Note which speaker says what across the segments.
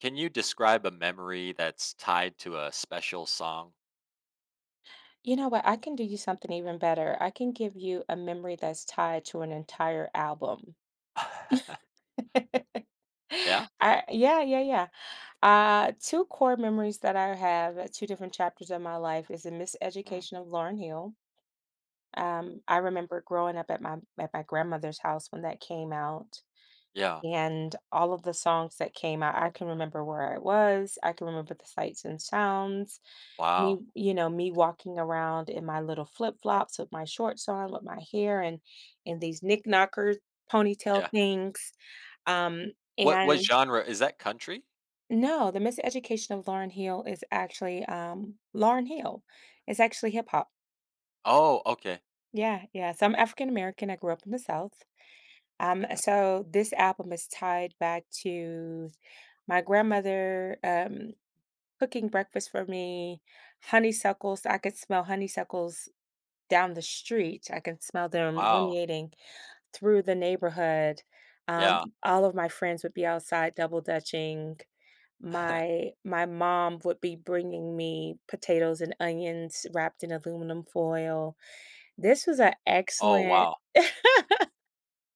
Speaker 1: Can you describe a memory that's tied to a special song?
Speaker 2: You know what? I can do you something even better. I can give you a memory that's tied to an entire album.
Speaker 1: Yeah?
Speaker 2: Yeah, yeah, yeah. Two core memories that I have at two different chapters of my life is the
Speaker 1: Mm,
Speaker 2: Miseducation of Lauryn Hill. I remember growing up at my grandmother's house when that came out,
Speaker 1: yeah.
Speaker 2: and all of the songs that came out. I can remember where I was. I can remember the sights and sounds me,
Speaker 1: Wow.
Speaker 2: you know, me walking around in my little flip flops with my shorts on, with my hair and these knick knocker ponytail
Speaker 1: Yeah.
Speaker 2: things. Um,
Speaker 1: what
Speaker 2: and
Speaker 1: genre? Is that country?
Speaker 2: no, the Miseducation of Lauren Hill is actually Lauren Hill. It's actually hip hop.
Speaker 1: Oh, okay.
Speaker 2: Yeah, yeah. So I'm African American. I grew up in the South. So this album is tied back to my grandmother cooking breakfast for me, honeysuckles. I could smell honeysuckles down the street. I can smell them
Speaker 1: Wow.
Speaker 2: ruminating through the neighborhood.
Speaker 1: Yeah.
Speaker 2: All of my friends would be outside double dutching. My mom would be bringing me potatoes and onions wrapped in aluminum foil. This was an
Speaker 1: Oh,
Speaker 2: excellent,
Speaker 1: wow.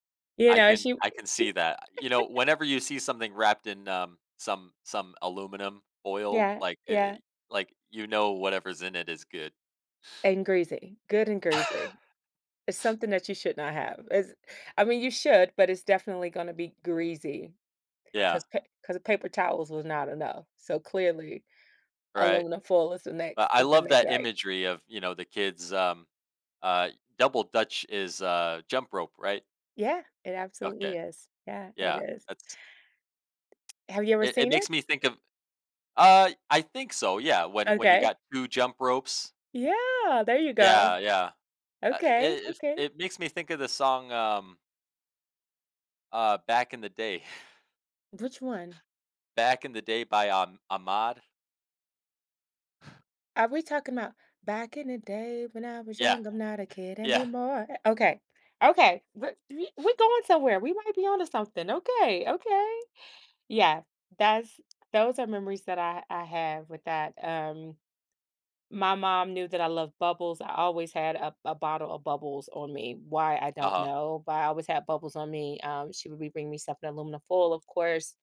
Speaker 2: you
Speaker 1: I
Speaker 2: know,
Speaker 1: can
Speaker 2: she
Speaker 1: I can
Speaker 2: she
Speaker 1: see that. You know, whenever you see something wrapped in, some aluminum foil,
Speaker 2: yeah,
Speaker 1: like,
Speaker 2: yeah,
Speaker 1: I like, you know whatever's in it is good.
Speaker 2: and greasy. Good and greasy. It's something that you should not have. It's, I mean, you should, but it's definitely going to be greasy.
Speaker 1: Yeah.
Speaker 2: 'Cause pa 'cause paper towels was not enough, so clearly
Speaker 1: Right?
Speaker 2: aluminum foil
Speaker 1: But I
Speaker 2: is the
Speaker 1: love
Speaker 2: next
Speaker 1: that
Speaker 2: right.
Speaker 1: imagery of, you know, the kids, uh, double dutch is, jump rope, right?
Speaker 2: Yeah, it
Speaker 1: Okay,
Speaker 2: absolutely is. Yeah, it
Speaker 1: yeah,
Speaker 2: is.
Speaker 1: that's,
Speaker 2: Have you ever
Speaker 1: it
Speaker 2: seen
Speaker 1: makes
Speaker 2: it?
Speaker 1: me think of I think so, yeah, when you
Speaker 2: Okay.
Speaker 1: got 2 jump ropes.
Speaker 2: Yeah, there you go.
Speaker 1: Yeah, yeah.
Speaker 2: Okay,
Speaker 1: It it
Speaker 2: okay.
Speaker 1: it makes me think of the song, "Back in the Day."
Speaker 2: Which one?
Speaker 1: "Back in the Day" by, Ahmad.
Speaker 2: Are we talking about "Back in the day when I was
Speaker 1: Yeah,
Speaker 2: young, I'm not a kid
Speaker 1: yeah,
Speaker 2: anymore"? Eh, okay, okay, but we're going somewhere, we might be onto something, okay, okay. Yeah, that's those are memories that I have with that, um. My mom knew that I loved bubbles. I always had a bottle of bubbles on me. Why I don't
Speaker 1: uh-huh,
Speaker 2: know, but I always had bubbles on me. She would be bringing me stuff in aluminum foil, of course.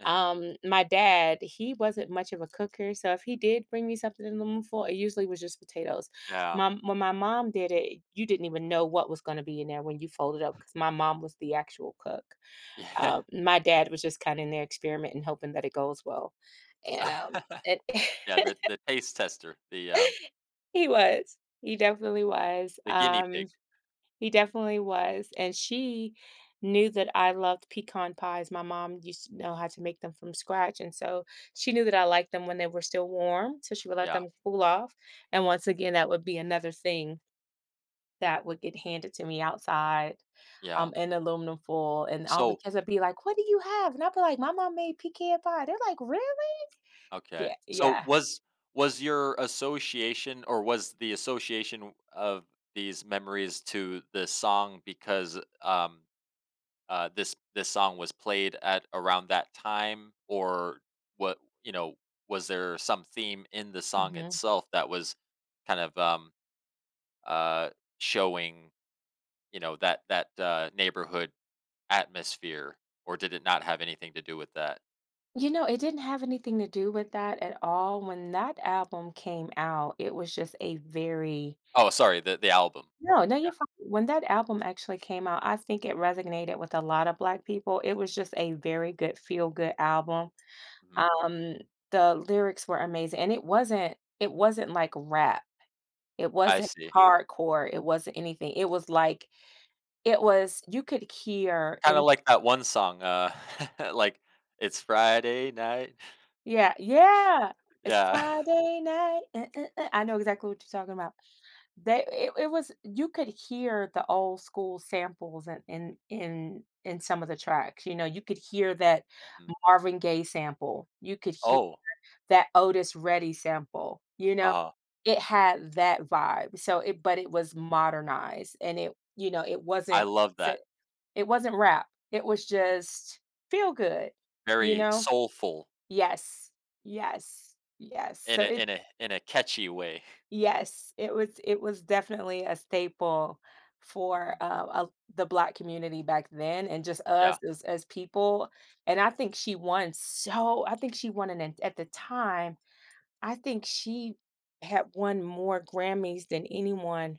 Speaker 1: mhm,
Speaker 2: My dad, he wasn't much of a cooker, so if he did bring me something in aluminum foil, it usually was just potatoes.
Speaker 1: yeah,
Speaker 2: My when my mom did it, you didn't even know what was going to be in there when you folded up because my mom was the actual cook.
Speaker 1: yeah.
Speaker 2: My dad was just kind of in there experimenting, hoping that it goes well, and it.
Speaker 1: Yeah, the the taste tester,
Speaker 2: He was. He definitely was.
Speaker 1: the guinea pig.
Speaker 2: He definitely was. And she knew that I loved pecan pies. My mom used to know
Speaker 1: Mhm,
Speaker 2: how to make them from scratch. And so she knew that I liked them when they were still warm. So she would let
Speaker 1: yeah,
Speaker 2: them cool off. And once again, that would be another thing that would get handed to me outside.
Speaker 1: yeah.
Speaker 2: In aluminum foil, and all the
Speaker 1: So
Speaker 2: kids would be like, "What do you have?" And I'd be like, "My mom made pecan pie." They're like, "Really?"
Speaker 1: okay.
Speaker 2: Yeah,
Speaker 1: So
Speaker 2: yeah.
Speaker 1: was was your association, or was the association of these memories to the song because this song was played at around that time? Or what you know was there some theme in the song
Speaker 2: Mhm.
Speaker 1: itself that was kind of uh showing, you know, that neighborhood atmosphere, or did it not have anything to do with that?
Speaker 2: You know, it didn't have anything to do with that at all. When that album came out, it was just a very
Speaker 1: Oh, sorry, the album.
Speaker 2: No, no,
Speaker 1: Yeah.
Speaker 2: you're fine. When that album actually came out, I think it resonated with a lot of Black people. It was just a very good feel-good album.
Speaker 1: Hmm.
Speaker 2: Um, the lyrics were amazing, and it wasn't like rap. It
Speaker 1: I
Speaker 2: wasn't
Speaker 1: see.
Speaker 2: hardcore. It wasn't anything. It was like it was you could hear
Speaker 1: Kinda
Speaker 2: and
Speaker 1: like that one song, like, "It's Friday night."
Speaker 2: yeah, yeah. It's
Speaker 1: Yeah.
Speaker 2: Friday night. I know exactly what you're talking about. They it was you could hear the old school samples in in some of the tracks, you know, you could hear that
Speaker 1: Mm.
Speaker 2: Marvin Gaye sample, you could hear
Speaker 1: Oh,
Speaker 2: that Otis Reddy sample, you know?
Speaker 1: uh,
Speaker 2: It had that vibe, so it but it was modernized and it you know, it
Speaker 1: I
Speaker 2: wasn't
Speaker 1: love
Speaker 2: s
Speaker 1: that.
Speaker 2: it wasn't rap, it was
Speaker 1: Mhm.
Speaker 2: just feel good, you
Speaker 1: Very
Speaker 2: know?
Speaker 1: soulful
Speaker 2: Yes, yes, yes,
Speaker 1: in
Speaker 2: so
Speaker 1: a
Speaker 2: it
Speaker 1: in a in a catchy way.
Speaker 2: Yes, it was definitely a staple for,
Speaker 1: Mhm.
Speaker 2: the Black community back then and just us
Speaker 1: Yeah.
Speaker 2: as people, and I think she won so I think she won an at the time, I think she had won more Grammys than anyone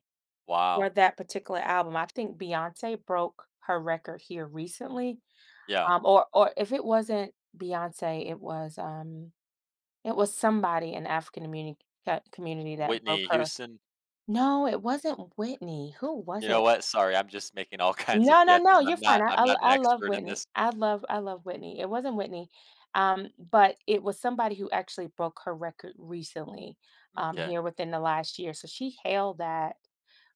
Speaker 2: for
Speaker 1: Wow.
Speaker 2: that particular album. I think Beyoncé broke her record here
Speaker 1: Mm.
Speaker 2: recently,
Speaker 1: Yeah.
Speaker 2: or if it wasn't Beyoncé, it was somebody in African community that broke
Speaker 1: Whitney
Speaker 2: her
Speaker 1: Houston.
Speaker 2: no, it wasn't Whitney. Who
Speaker 1: You
Speaker 2: was
Speaker 1: know
Speaker 2: it?
Speaker 1: what? Sorry, I'm just making all kinds of
Speaker 2: No, no,
Speaker 1: guesses.
Speaker 2: no, you're
Speaker 1: I'm
Speaker 2: fine.
Speaker 1: not
Speaker 2: I
Speaker 1: I'm
Speaker 2: I
Speaker 1: not an
Speaker 2: I love
Speaker 1: expert in
Speaker 2: Whitney.
Speaker 1: this.
Speaker 2: I love Whitney. It wasn't Whitney, but it was somebody who actually broke her record recently,
Speaker 1: Okay.
Speaker 2: here within the last year. So she held that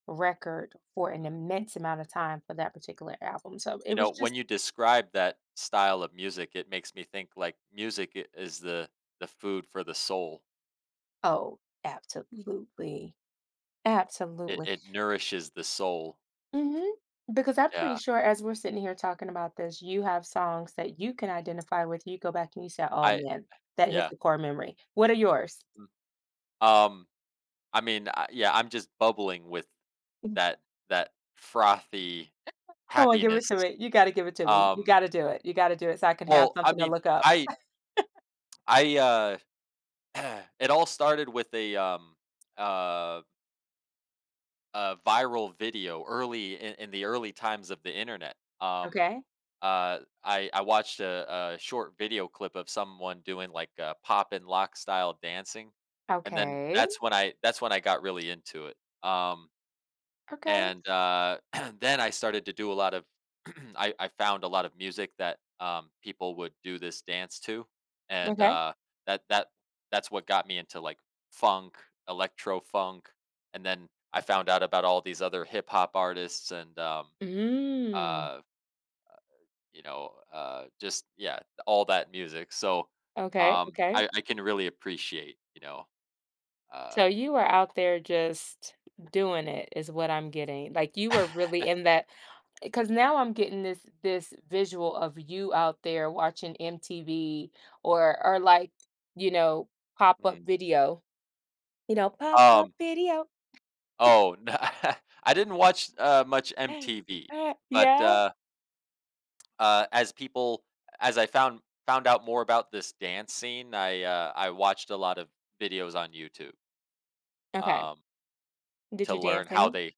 Speaker 2: record for an
Speaker 1: Mm.
Speaker 2: immense amount of time for that particular album. So it
Speaker 1: You know,
Speaker 2: was
Speaker 1: when
Speaker 2: just,
Speaker 1: you describe that style of music, it makes me think, like, music I is the food for the soul.
Speaker 2: oh, absolutely.
Speaker 1: It
Speaker 2: Absolutely.
Speaker 1: it nourishes the soul.
Speaker 2: Mhm. Because I'm
Speaker 1: Yeah.
Speaker 2: pretty sure as we're sitting here talking about this, you have songs that you can identify with, you go back and you say, "Oh,
Speaker 1: I
Speaker 2: man, that hits
Speaker 1: yeah.
Speaker 2: a core memory." What are yours?
Speaker 1: Mm. Um, I mean, I'm just bubbling with that that frothy
Speaker 2: Come on, give it
Speaker 1: happiness.
Speaker 2: to me. You gotta give it to me. You
Speaker 1: Um,
Speaker 2: gotta do it. You gotta do it so I can have
Speaker 1: well, I
Speaker 2: something to
Speaker 1: mean,
Speaker 2: look up.
Speaker 1: I I, it all started with uh, a viral video early in the early times of the Internet.
Speaker 2: Okay.
Speaker 1: I watched a short video clip of someone doing like a pop and lock style dancing, and then
Speaker 2: Okay.
Speaker 1: that's when I got really into it. Um,
Speaker 2: Okay.
Speaker 1: and then I started to do a lot of I found a lot of music that people would do this dance to, and
Speaker 2: Okay.
Speaker 1: uh, that that that's what got me into like funk, electro funk, and then I found out about all these other hip hop artists, and
Speaker 2: Mm.
Speaker 1: uh, you know, just yeah, all that music. So,
Speaker 2: Okay, okay.
Speaker 1: I can really appreciate, you know, uh,
Speaker 2: So you were out there just doing it is what I'm getting. Like, you were really in that because now I'm getting this visual of you out there watching MTV or like you know pop up
Speaker 1: Mm.
Speaker 2: video, you know pop up
Speaker 1: Um.
Speaker 2: video.
Speaker 1: Oh, no, I didn't watch much MTV, but
Speaker 2: Yeah.
Speaker 1: as I found out more about this dance scene, I watched a lot of videos on YouTube
Speaker 2: Okay.
Speaker 1: um,
Speaker 2: Did
Speaker 1: to
Speaker 2: you
Speaker 1: learn
Speaker 2: dance
Speaker 1: how
Speaker 2: any?
Speaker 1: they.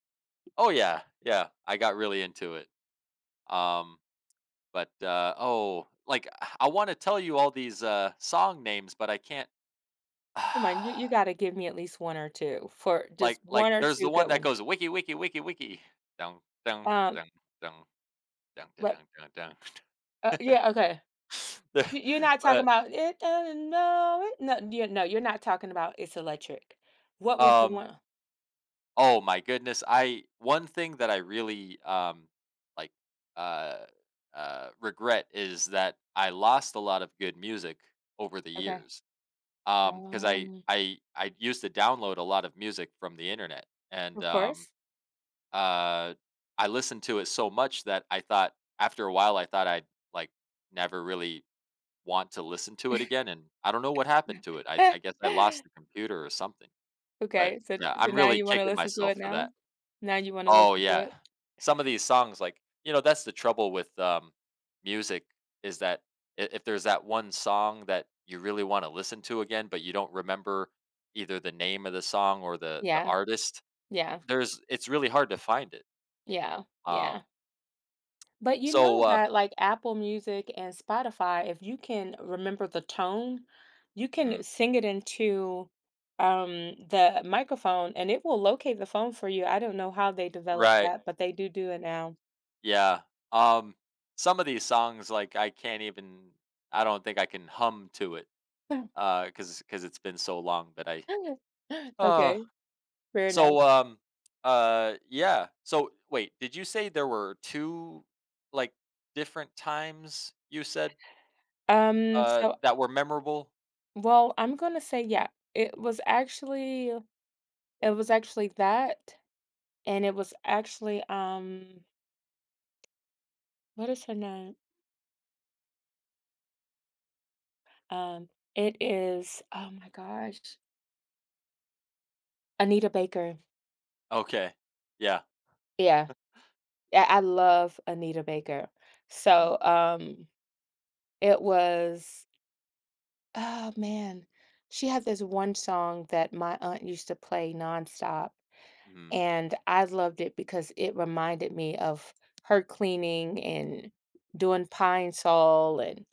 Speaker 1: Oh yeah, yeah. I got really into it. Um, But oh, like, I wanna tell you all these, song names, but I can't.
Speaker 2: Come on, you got to give me at least one or two for
Speaker 1: like
Speaker 2: just
Speaker 1: like,
Speaker 2: one or
Speaker 1: there's the
Speaker 2: two
Speaker 1: one
Speaker 2: good
Speaker 1: that
Speaker 2: one.
Speaker 1: goes, "Wiki, wiki, wiki, wiki. Dun, dun,
Speaker 2: Um,
Speaker 1: dun, dun, dun, da,
Speaker 2: but
Speaker 1: dun, dun, dun."
Speaker 2: uh, yeah, okay.
Speaker 1: The
Speaker 2: You're not talking
Speaker 1: but,
Speaker 2: about it. No, no, no, you're not talking about it's electric. What was the
Speaker 1: um,
Speaker 2: one?
Speaker 1: oh my goodness, I one thing that I really, like, uh, regret is that I lost a lot of good music over the
Speaker 2: Okay.
Speaker 1: years. Because I
Speaker 2: Um,
Speaker 1: I I used to download a lot of music from the internet, and,
Speaker 2: of
Speaker 1: um
Speaker 2: course.
Speaker 1: Uh, I listened to it so much that I thought after a while I thought I'd like never really want to listen to it again, and I don't know what happened to it. I guess I lost the computer or something. But
Speaker 2: Okay, so
Speaker 1: yeah,
Speaker 2: so
Speaker 1: I'm
Speaker 2: now
Speaker 1: really
Speaker 2: you wanna
Speaker 1: kicking
Speaker 2: listen to
Speaker 1: myself
Speaker 2: it
Speaker 1: for
Speaker 2: now?
Speaker 1: that.
Speaker 2: Now you wanna
Speaker 1: Oh
Speaker 2: listen to
Speaker 1: yeah,
Speaker 2: it?
Speaker 1: some of these songs, like you know, that's the trouble with music, is that if there's that one song that you really want to listen to again, but you don't remember either the name of the song or the
Speaker 2: Yeah,
Speaker 1: artist,
Speaker 2: yeah,
Speaker 1: there's it's really hard to find it.
Speaker 2: yeah,
Speaker 1: Um,
Speaker 2: yeah. But you
Speaker 1: So,
Speaker 2: know
Speaker 1: uh
Speaker 2: that, like, Apple Music and Spotify, if you can remember the tone, you
Speaker 1: mhm,
Speaker 2: can sing it into, the microphone, and it will locate the phone for you. I don't know how they developed
Speaker 1: right,
Speaker 2: that, but they do do it now.
Speaker 1: yeah, um, some of these songs, like, I can't even, I don't think I can hum to it, because 'cause 'cause it's been so long that uh,
Speaker 2: Okay, fair enough.
Speaker 1: so, um, yeah. So, wait, did you say there were 2, like, different times, you said,
Speaker 2: Um, so
Speaker 1: that were memorable?
Speaker 2: well, I'm gonna say, yeah, it was actually It was actually that, and it was actually, what is her name? Um, it is oh my gosh, Anita Baker.
Speaker 1: Okay, yeah,
Speaker 2: Yeah, yeah, I love Anita Baker.
Speaker 1: mhm,
Speaker 2: So, it was oh man, she had this one song that my aunt used to play nonstop,
Speaker 1: mhm,
Speaker 2: and I loved it because it reminded me of her cleaning and doing pine sol and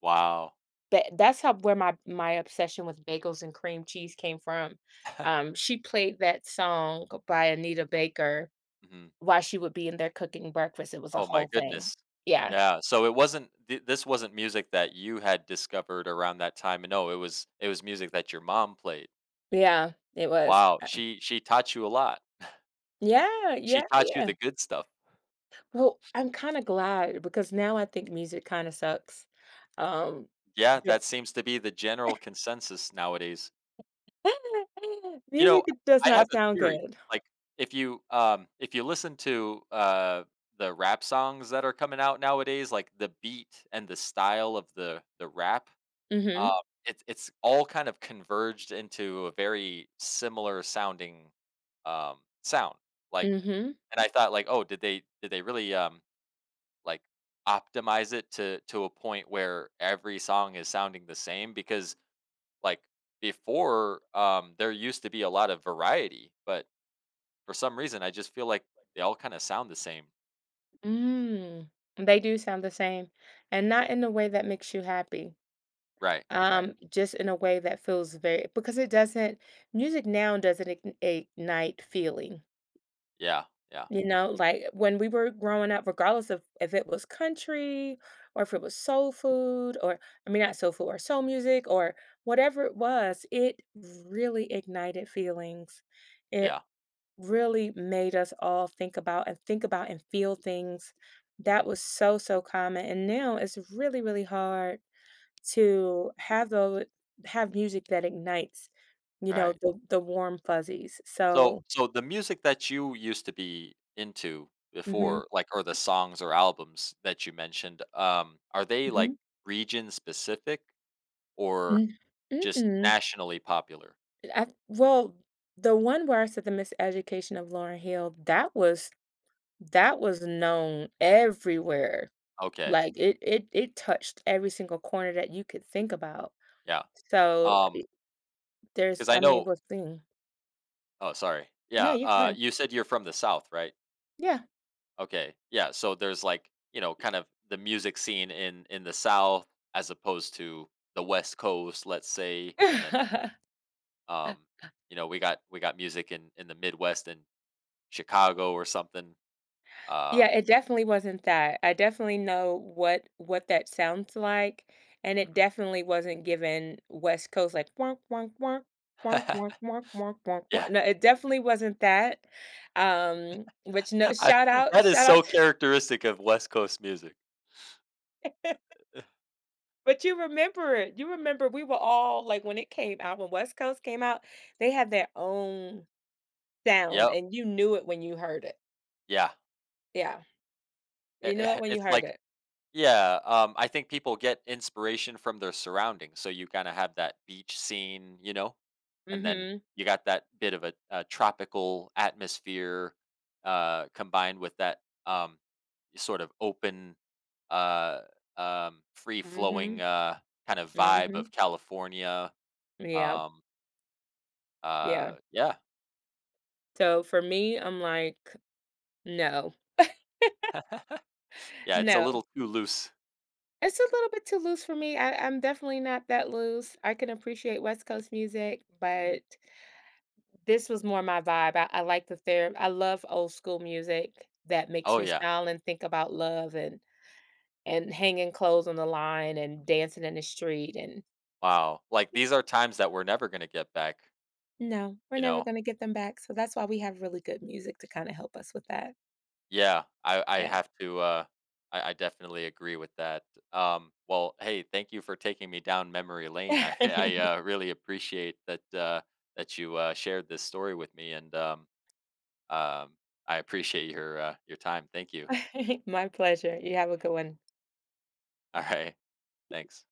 Speaker 1: wow,
Speaker 2: But that's how where my obsession with bagels and cream cheese came from. She played that song by Anita Baker
Speaker 1: mhm.
Speaker 2: while she would be in there cooking breakfast. It was a
Speaker 1: Oh my
Speaker 2: whole thing.
Speaker 1: goodness.
Speaker 2: Yeah.
Speaker 1: Yeah, so it wasn't th this wasn't music that you had discovered around that time, no, it was, it was music that your mom played.
Speaker 2: Yeah, it was.
Speaker 1: Wow, she taught you a lot.
Speaker 2: Yeah,
Speaker 1: She
Speaker 2: yeah,
Speaker 1: taught you the
Speaker 2: yeah.
Speaker 1: good stuff.
Speaker 2: Well, I'm kinda glad because now I think music kinda sucks. Um,
Speaker 1: Yeah,
Speaker 2: yep.
Speaker 1: that seems to be the general consensus nowadays. You know,
Speaker 2: Music does
Speaker 1: I have
Speaker 2: not
Speaker 1: a
Speaker 2: sound
Speaker 1: theory,
Speaker 2: good.
Speaker 1: like, if you listen to, the rap songs that are coming out nowadays, like, the beat and the style of the rap. Um,
Speaker 2: Mhm,
Speaker 1: it's all kind of converged into a very similar sounding, sound, like
Speaker 2: mhm,
Speaker 1: and I thought like, "Oh, did they really, like, optimize it to a point where every song is sounding the same?" Because, like, before, there used to be a lot of variety, but for some reason, I just feel like they all kinda sound the same.
Speaker 2: mm. They do sound the same, and not in a way that makes you happy.
Speaker 1: Right, right.
Speaker 2: Um, just in a way that feels very because it doesn't music now doesn't ignite feeling,
Speaker 1: Yeah, yeah,
Speaker 2: you know, like when we were growing up regardless of if it was country or if it was soul food or I mean not soul food or soul music or whatever it was it really ignited feelings it
Speaker 1: yeah.
Speaker 2: really made us all think about and feel things that
Speaker 1: Mhm.
Speaker 2: was so so common and now it's really really hard to have those have music that ignites, you know,
Speaker 1: Right.
Speaker 2: the warm fuzzies.
Speaker 1: So,
Speaker 2: So
Speaker 1: so the music that you used to be into
Speaker 2: mhm,
Speaker 1: before, like, or the songs or albums that you mentioned, are they like
Speaker 2: mhm.
Speaker 1: region specific or
Speaker 2: Mm.
Speaker 1: just
Speaker 2: Mm-mm.
Speaker 1: nationally popular?
Speaker 2: I well, the one where I said The Miseducation of Lauren Hill, that was known everywhere.
Speaker 1: Okay.
Speaker 2: Like it touched every single corner that you could think about.
Speaker 1: Yeah.
Speaker 2: So
Speaker 1: Um,
Speaker 2: there's
Speaker 1: because I
Speaker 2: I mean, it
Speaker 1: know,
Speaker 2: was thing.
Speaker 1: oh, sorry.
Speaker 2: No,
Speaker 1: Yeah,
Speaker 2: you're fine.
Speaker 1: you said you're from the South, right?
Speaker 2: Yeah.
Speaker 1: Okay. Yeah, so there's like, you know, kind of the music scene in the South as opposed to the West Coast, let's say, and then um you know, we got music in the midwest and Chicago or something. Um,
Speaker 2: Yeah, it definitely wasn't that. I definitely know what that sounds like, and it
Speaker 1: mhm.
Speaker 2: definitely wasn't given West Coast like wonk wonk wonk wonk wonk wonk wonk wonk
Speaker 1: Yeah,
Speaker 2: wonk. No, it definitely wasn't that. Which no
Speaker 1: I
Speaker 2: shout out,
Speaker 1: that is
Speaker 2: shout
Speaker 1: so
Speaker 2: out
Speaker 1: characteristic of West Coast music.
Speaker 2: to But you remember it. You remember we were all like when it came out, when West Coast came out, they had their own sound
Speaker 1: Yep,
Speaker 2: and you knew it when you heard it.
Speaker 1: yeah.
Speaker 2: Yeah.
Speaker 1: I
Speaker 2: You knew it
Speaker 1: i
Speaker 2: when you
Speaker 1: it's
Speaker 2: heard
Speaker 1: like,
Speaker 2: it.
Speaker 1: yeah, I think people get inspiration from their surroundings, so you kinda have that beach scene, you know? And then
Speaker 2: Mhm.
Speaker 1: you got that bit of a tropical atmosphere, combined with that, sort of open, uh, free flowing,
Speaker 2: Mhm.
Speaker 1: kind of vibe of
Speaker 2: Mhm.
Speaker 1: California.
Speaker 2: Yeah.
Speaker 1: Um,
Speaker 2: Yeah.
Speaker 1: yeah.
Speaker 2: So for me, I'm like, no,
Speaker 1: Yeah, it's a
Speaker 2: no.
Speaker 1: little too loose.
Speaker 2: It's a little bit too loose for me. I, I'm definitely not that loose. I can appreciate West Coast music,
Speaker 1: Mhm.
Speaker 2: but this was more my vibe. I like the therapy. I love old school music that makes
Speaker 1: Oh,
Speaker 2: me
Speaker 1: yeah.
Speaker 2: smile and think about love and hanging clothes on the line and
Speaker 1: Mm.
Speaker 2: dancing in the street and
Speaker 1: Wow. Like, these
Speaker 2: yeah.
Speaker 1: are times that we're never gonna get back,
Speaker 2: No, we're
Speaker 1: you
Speaker 2: never
Speaker 1: know?
Speaker 2: gonna get them back. So that's why we have really good music to kind of help us with that.
Speaker 1: Yeah, I
Speaker 2: Yeah.
Speaker 1: have to, I definitely agree with that. Well, hey, thank you for taking me down memory lane. I really appreciate that, that you, shared this story with me, and, um, I appreciate your time. Thank you.
Speaker 2: My pleasure. You have a good one.
Speaker 1: Alright, thanks.